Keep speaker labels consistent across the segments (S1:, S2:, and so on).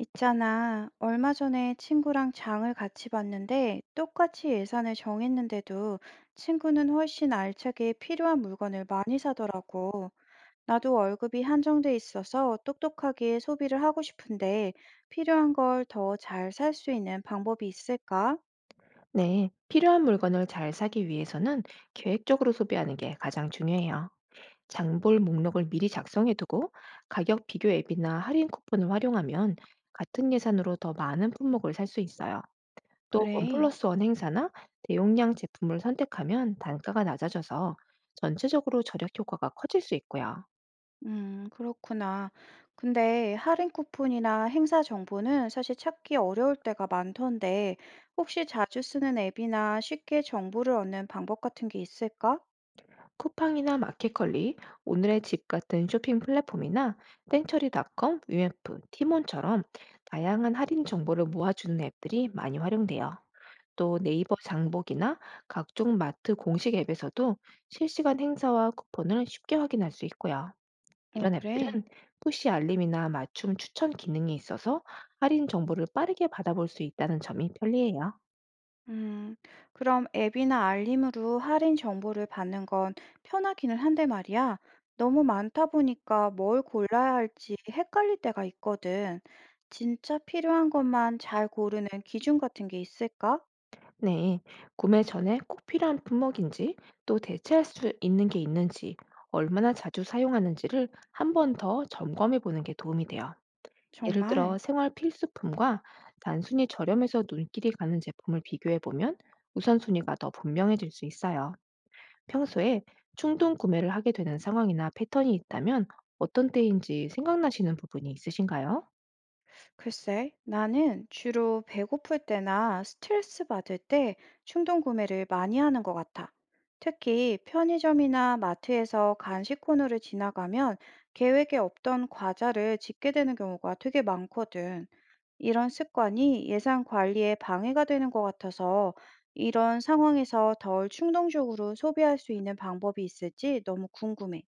S1: 있잖아, 얼마 전에 친구랑 장을 같이 봤는데 똑같이 예산을 정했는데도 친구는 훨씬 알차게 필요한 물건을 많이 사더라고. 나도 월급이 한정돼 있어서 똑똑하게 소비를 하고 싶은데 필요한 걸 더 잘 살 수 있는 방법이 있을까?
S2: 네, 필요한 물건을 잘 사기 위해서는 계획적으로 소비하는 게 가장 중요해요. 장볼 목록을 미리 작성해 두고 가격 비교 앱이나 할인 쿠폰을 활용하면 같은 예산으로 더 많은 품목을 살 수 있어요. 또
S1: 그래.
S2: 원플러스 원 행사나 대용량 제품을 선택하면 단가가 낮아져서 전체적으로 절약 효과가 커질 수 있고요.
S1: 그렇구나. 근데 할인 쿠폰이나 행사 정보는 사실 찾기 어려울 때가 많던데, 혹시 자주 쓰는 앱이나 쉽게 정보를 얻는 방법 같은 게 있을까?
S2: 쿠팡이나 마켓컬리, 오늘의 집 같은 쇼핑 플랫폼이나 땡처리닷컴, 위메프, 티몬처럼 다양한 할인 정보를 모아주는 앱들이 많이 활용돼요. 또 네이버 장복이나 각종 마트 공식 앱에서도 실시간 행사와 쿠폰을 쉽게 확인할 수 있고요.
S1: 어,
S2: 이런
S1: 그래.
S2: 앱들은 푸시 알림이나 맞춤 추천 기능이 있어서 할인 정보를 빠르게 받아볼 수 있다는 점이 편리해요.
S1: 음, 그럼 앱이나 알림으로 할인 정보를 받는 건 편하기는 한데 말이야. 너무 많다 보니까 뭘 골라야 할지 헷갈릴 때가 있거든. 진짜 필요한 것만 잘 고르는 기준 같은 게 있을까?
S2: 네, 구매 전에 꼭 필요한 품목인지 또 대체할 수 있는 게 있는지 얼마나 자주 사용하는지를 한 번 더 점검해 보는 게 도움이 돼요. 예를
S1: 정말.
S2: 들어 생활 필수품과 단순히 저렴해서 눈길이 가는 제품을 비교해 보면 우선순위가 더 분명해질 수 있어요. 평소에 충동 구매를 하게 되는 상황이나 패턴이 있다면 어떤 때인지 생각나시는 부분이 있으신가요?
S1: 글쎄, 나는 주로 배고플 때나 스트레스 받을 때 충동 구매를 많이 하는 것 같아. 특히 편의점이나 마트에서 간식 코너를 지나가면 계획에 없던 과자를 집게 되는 경우가 되게 많거든. 이런 습관이 예산 관리에 방해가 되는 것 같아서 이런 상황에서 덜 충동적으로 소비할 수 있는 방법이 있을지 너무 궁금해.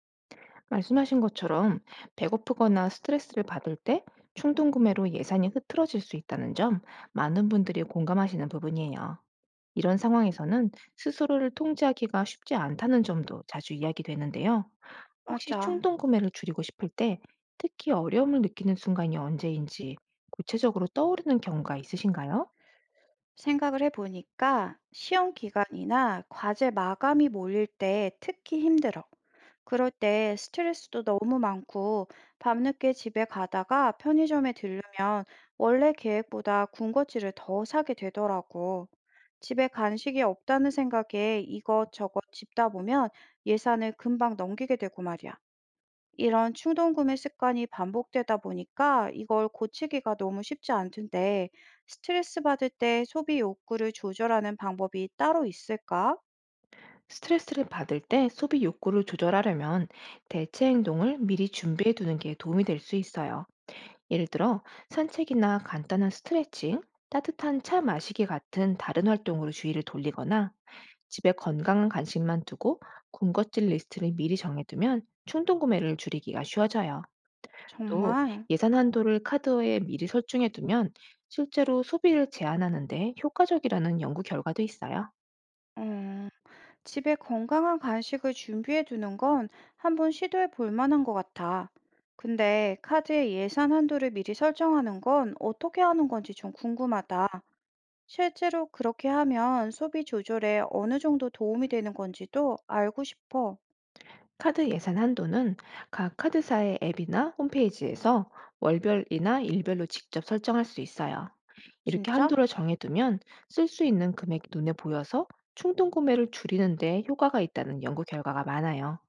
S2: 말씀하신 것처럼 배고프거나 스트레스를 받을 때 충동 구매로 예산이 흐트러질 수 있다는 점, 많은 분들이 공감하시는 부분이에요. 이런 상황에서는 스스로를 통제하기가 쉽지 않다는 점도 자주 이야기되는데요. 혹시
S1: 맞아.
S2: 충동 구매를 줄이고 싶을 때 특히 어려움을 느끼는 순간이 언제인지 구체적으로 떠오르는 경우가 있으신가요?
S1: 생각을 해보니까 시험 기간이나 과제 마감이 몰릴 때 특히 힘들어. 그럴 때 스트레스도 너무 많고 밤늦게 집에 가다가 편의점에 들르면 원래 계획보다 군것질을 더 사게 되더라고. 집에 간식이 없다는 생각에 이것저것 집다 보면 예산을 금방 넘기게 되고 말이야. 이런 충동 구매 습관이 반복되다 보니까 이걸 고치기가 너무 쉽지 않던데, 스트레스 받을 때 소비 욕구를 조절하는 방법이 따로 있을까?
S2: 스트레스를 받을 때 소비 욕구를 조절하려면 대체 행동을 미리 준비해 두는 게 도움이 될 수 있어요. 예를 들어 산책이나 간단한 스트레칭, 따뜻한 차 마시기 같은 다른 활동으로 주의를 돌리거나 집에 건강한 간식만 두고 군것질 리스트를 미리 정해두면 충동 구매를 줄이기가 쉬워져요. 또
S1: 정말,
S2: 예산 한도를 카드에 미리 설정해두면 실제로 소비를 제한하는데 효과적이라는 연구 결과도 있어요.
S1: 음, 집에 건강한 간식을 준비해 두는 건 한번 시도해 볼 만한 것 같아. 근데 카드의 예산 한도를 미리 설정하는 건 어떻게 하는 건지 좀 궁금하다. 실제로 그렇게 하면 소비 조절에 어느 정도 도움이 되는 건지도 알고 싶어.
S2: 카드 예산 한도는 각 카드사의 앱이나 홈페이지에서 월별이나 일별로 직접 설정할 수 있어요. 이렇게
S1: 진짜?
S2: 한도를 정해두면 쓸 수 있는 금액이 눈에 보여서 충동 구매를 줄이는 데 효과가 있다는 연구 결과가 많아요.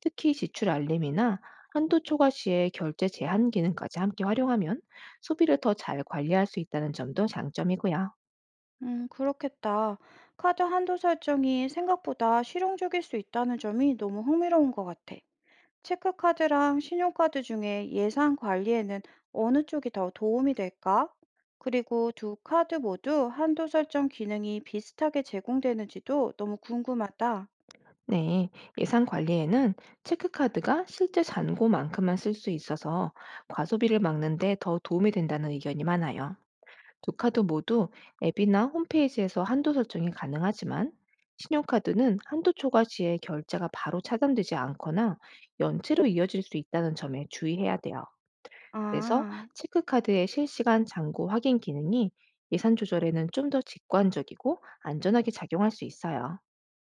S2: 특히 지출 알림이나 한도 초과 시에 결제 제한 기능까지 함께 활용하면 소비를 더 잘 관리할 수 있다는 점도 장점이고요.
S1: 그렇겠다. 카드 한도 설정이 생각보다 실용적일 수 있다는 점이 너무 흥미로운 것 같아. 체크카드랑 신용카드 중에 예산 관리에는 어느 쪽이 더 도움이 될까? 그리고 두 카드 모두 한도 설정 기능이 비슷하게 제공되는지도 너무 궁금하다.
S2: 네, 예산 관리에는 체크카드가 실제 잔고만큼만 쓸 수 있어서 과소비를 막는데 더 도움이 된다는 의견이 많아요. 두 카드 모두 앱이나 홈페이지에서 한도 설정이 가능하지만 신용카드는 한도 초과 시에 결제가 바로 차단되지 않거나 연체로 이어질 수 있다는 점에 주의해야 돼요. 그래서
S1: 아,
S2: 체크카드의 실시간 잔고 확인 기능이 예산 조절에는 좀 더 직관적이고 안전하게 작용할 수 있어요.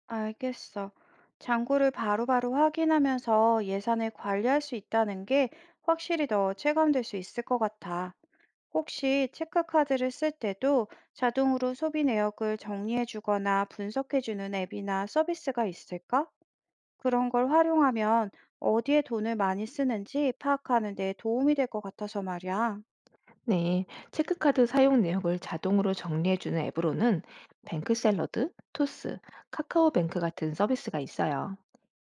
S1: 알겠어. 잔고를 바로바로 확인하면서 예산을 관리할 수 있다는 게 확실히 더 체감될 수 있을 것 같아. 혹시 체크카드를 쓸 때도 자동으로 소비 내역을 정리해 주거나 분석해 주는 앱이나 서비스가 있을까? 그런 걸 활용하면 어디에 돈을 많이 쓰는지 파악하는 데 도움이 될 것 같아서 말이야.
S2: 네, 체크카드 사용 내역을 자동으로 정리해주는 앱으로는 뱅크샐러드, 토스, 카카오뱅크 같은 서비스가 있어요.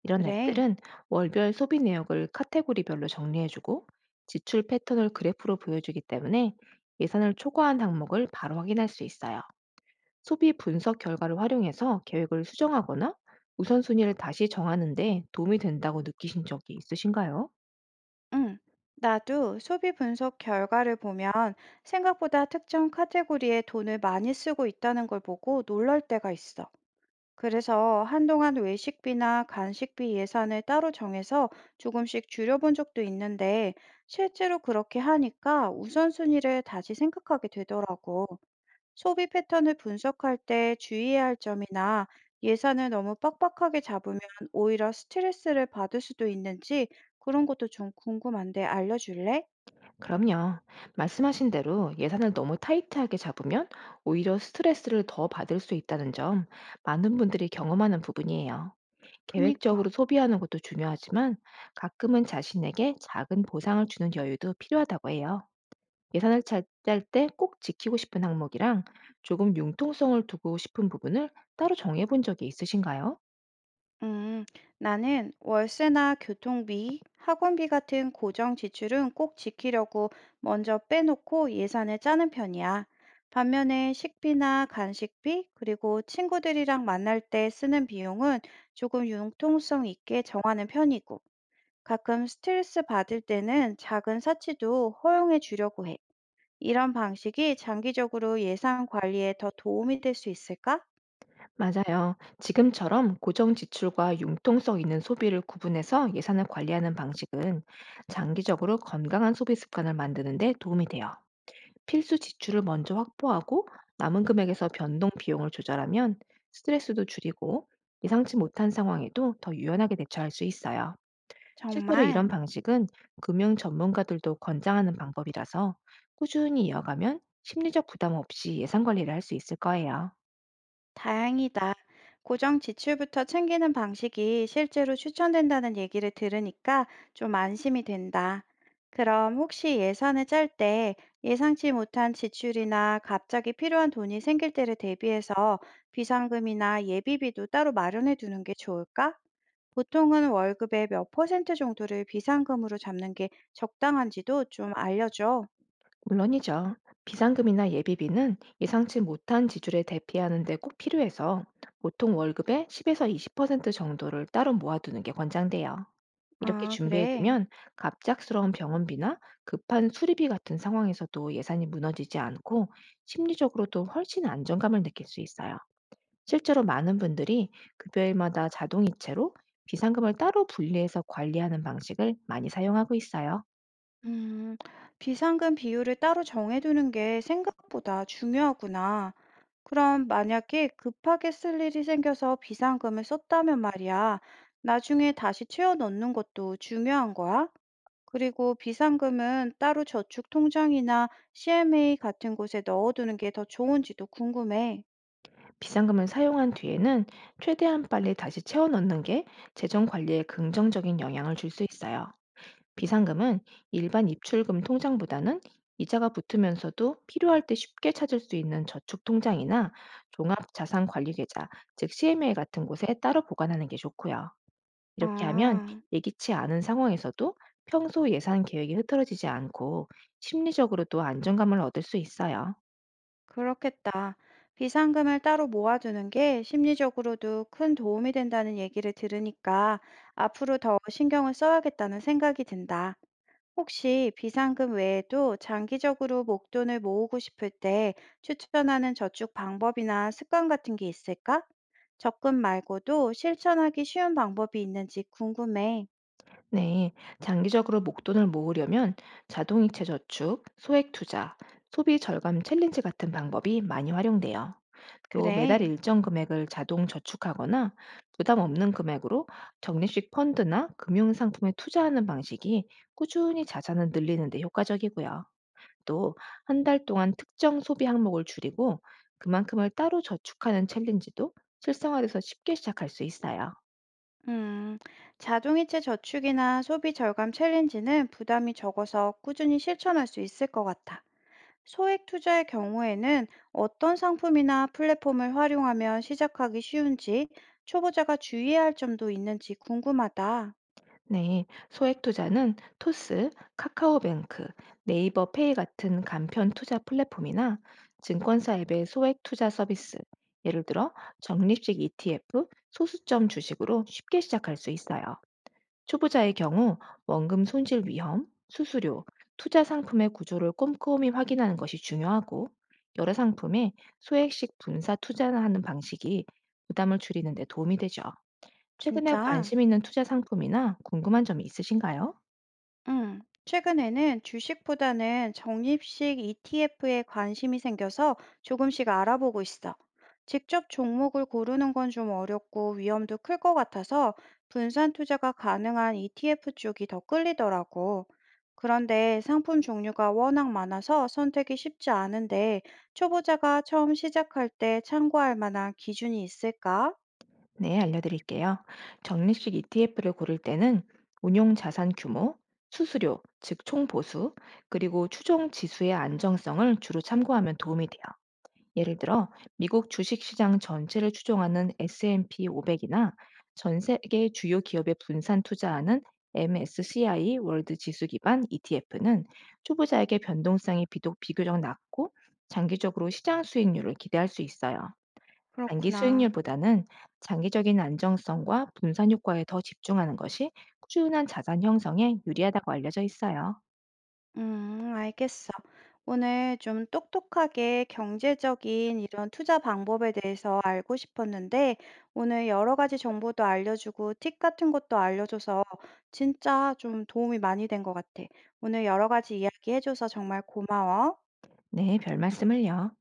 S2: 이런
S1: 그래.
S2: 앱들은 월별 소비 내역을 카테고리별로 정리해주고 지출 패턴을 그래프로 보여주기 때문에 예산을 초과한 항목을 바로 확인할 수 있어요. 소비 분석 결과를 활용해서 계획을 수정하거나 우선순위를 다시 정하는 데 도움이 된다고 느끼신 적이 있으신가요?
S1: 응. 나도 소비 분석 결과를 보면 생각보다 특정 카테고리에 돈을 많이 쓰고 있다는 걸 보고 놀랄 때가 있어. 그래서 한동안 외식비나 간식비 예산을 따로 정해서 조금씩 줄여본 적도 있는데 실제로 그렇게 하니까 우선순위를 다시 생각하게 되더라고. 소비 패턴을 분석할 때 주의해야 할 점이나 예산을 너무 빡빡하게 잡으면 오히려 스트레스를 받을 수도 있는지 그런 것도 좀 궁금한데 알려줄래?
S2: 그럼요. 말씀하신 대로 예산을 너무 타이트하게 잡으면 오히려 스트레스를 더 받을 수 있다는 점, 많은 분들이 경험하는 부분이에요.
S1: 그니까.
S2: 계획적으로 소비하는 것도 중요하지만 가끔은 자신에게 작은 보상을 주는 여유도 필요하다고 해요. 예산을 짤 때 꼭 지키고 싶은 항목이랑 조금 융통성을 두고 싶은 부분을 따로 정해본 적이 있으신가요?
S1: 음, 나는 월세나 교통비, 학원비 같은 고정 지출은 꼭 지키려고 먼저 빼놓고 예산을 짜는 편이야. 반면에 식비나 간식비, 그리고 친구들이랑 만날 때 쓰는 비용은 조금 융통성 있게 정하는 편이고, 가끔 스트레스 받을 때는 작은 사치도 허용해 주려고 해. 이런 방식이 장기적으로 예산 관리에 더 도움이 될 수 있을까?
S2: 맞아요. 지금처럼 고정 지출과 융통성 있는 소비를 구분해서 예산을 관리하는 방식은 장기적으로 건강한 소비 습관을 만드는 데 도움이 돼요. 필수 지출을 먼저 확보하고 남은 금액에서 변동 비용을 조절하면 스트레스도 줄이고 예상치 못한 상황에도 더 유연하게 대처할 수 있어요. 실제로 이런
S1: 정말.
S2: 방식은 금융 전문가들도 권장하는 방법이라서 꾸준히 이어가면 심리적 부담 없이 예산 관리를 할 수 있을 거예요.
S1: 다행이다. 고정 지출부터 챙기는 방식이 실제로 추천된다는 얘기를 들으니까 좀 안심이 된다. 그럼 혹시 예산을 짤 때 예상치 못한 지출이나 갑자기 필요한 돈이 생길 때를 대비해서 비상금이나 예비비도 따로 마련해 두는 게 좋을까? 보통은 월급의 몇 퍼센트 정도를 비상금으로 잡는 게 적당한지도 좀 알려줘.
S2: 물론이죠. 비상금이나 예비비는 예상치 못한 지출에 대피하는 데 꼭 필요해서 보통 월급의 10에서 20% 정도를 따로 모아두는 게 권장돼요. 이렇게
S1: 아, 그래.
S2: 준비해두면 갑작스러운 병원비나 급한 수리비 같은 상황에서도 예산이 무너지지 않고 심리적으로도 훨씬 안정감을 느낄 수 있어요. 실제로 많은 분들이 급여일마다 자동이체로 비상금을 따로 분리해서 관리하는 방식을 많이 사용하고 있어요.
S1: 음, 비상금 비율을 따로 정해두는 게 생각보다 중요하구나. 그럼 만약에 급하게 쓸 일이 생겨서 비상금을 썼다면 말이야, 나중에 다시 채워 넣는 것도 중요한 거야? 그리고 비상금은 따로 저축 통장이나 CMA 같은 곳에 넣어두는 게 더 좋은지도 궁금해.
S2: 비상금을 사용한 뒤에는 최대한 빨리 다시 채워 넣는 게 재정 관리에 긍정적인 영향을 줄 수 있어요. 비상금은 일반 입출금 통장보다는 이자가 붙으면서도 필요할 때 쉽게 찾을 수 있는 저축 통장이나 종합 자산 관리 계좌, 즉 CMA 같은 곳에 따로 보관하는 게 좋고요. 이렇게 하면
S1: 아.
S2: 예기치 않은 상황에서도 평소 예산 계획이 흐트러지지 않고 심리적으로도 안정감을 얻을 수 있어요.
S1: 그렇겠다. 비상금을 따로 모아두는 게 심리적으로도 큰 도움이 된다는 얘기를 들으니까 앞으로 더 신경을 써야겠다는 생각이 든다. 혹시 비상금 외에도 장기적으로 목돈을 모으고 싶을 때 추천하는 저축 방법이나 습관 같은 게 있을까? 적금 말고도 실천하기 쉬운 방법이 있는지 궁금해.
S2: 네, 장기적으로 목돈을 모으려면 자동이체 저축, 소액 투자, 소비 절감 챌린지 같은 방법이 많이 활용돼요. 또 매달
S1: 그래.
S2: 일정 금액을 자동 저축하거나 부담 없는 금액으로 적립식 펀드나 금융 상품에 투자하는 방식이 꾸준히 자산을 늘리는 데 효과적이고요. 또 한 달 동안 특정 소비 항목을 줄이고 그만큼을 따로 저축하는 챌린지도 실생활에서 쉽게 시작할 수 있어요.
S1: 음, 자동이체 저축이나 소비 절감 챌린지는 부담이 적어서 꾸준히 실천할 수 있을 것 같아. 소액 투자의 경우에는 어떤 상품이나 플랫폼을 활용하면 시작하기 쉬운지, 초보자가 주의해야 할 점도 있는지 궁금하다.
S2: 네, 소액 투자는 토스, 카카오뱅크, 네이버 페이 같은 간편 투자 플랫폼이나 증권사 앱의 소액 투자 서비스, 예를 들어 적립식 ETF, 소수점 주식으로 쉽게 시작할 수 있어요. 초보자의 경우 원금 손실 위험, 수수료, 투자 상품의 구조를 꼼꼼히 확인하는 것이 중요하고 여러 상품에 소액식 분사 투자하는 방식이 부담을 줄이는 데 도움이 되죠. 최근에
S1: 진짜.
S2: 관심 있는 투자 상품이나 궁금한 점이 있으신가요?
S1: 최근에는 주식보다는 적립식 ETF에 관심이 생겨서 조금씩 알아보고 있어. 직접 종목을 고르는 건 좀 어렵고 위험도 클 것 같아서 분산 투자가 가능한 ETF 쪽이 더 끌리더라고. 그런데 상품 종류가 워낙 많아서 선택이 쉽지 않은데 초보자가 처음 시작할 때 참고할 만한 기준이 있을까?
S2: 네, 알려드릴게요. 적립식 ETF를 고를 때는 운용 자산 규모, 수수료, 즉 총보수, 그리고 추종 지수의 안정성을 주로 참고하면 도움이 돼요. 예를 들어 미국 주식시장 전체를 추종하는 S&P 500이나 전 세계 주요 기업에 분산 투자하는 MSCI 월드 지수 기반 ETF는 초보자에게 변동성이 비독 비교적 낮고 장기적으로 시장 수익률을 기대할 수 있어요. 단기
S1: 그렇구나.
S2: 수익률보다는 장기적인 안정성과 분산 효과에 더 집중하는 것이 꾸준한 자산 형성에 유리하다고 알려져 있어요.
S1: 알겠어. 오늘 좀 똑똑하게 경제적인 이런 투자 방법에 대해서 알고 싶었는데, 오늘 여러 가지 정보도 알려주고, 팁 같은 것도 알려줘서 진짜 좀 도움이 많이 된 것 같아. 오늘 여러 가지 이야기 해줘서 정말 고마워.
S2: 네, 별 말씀을요.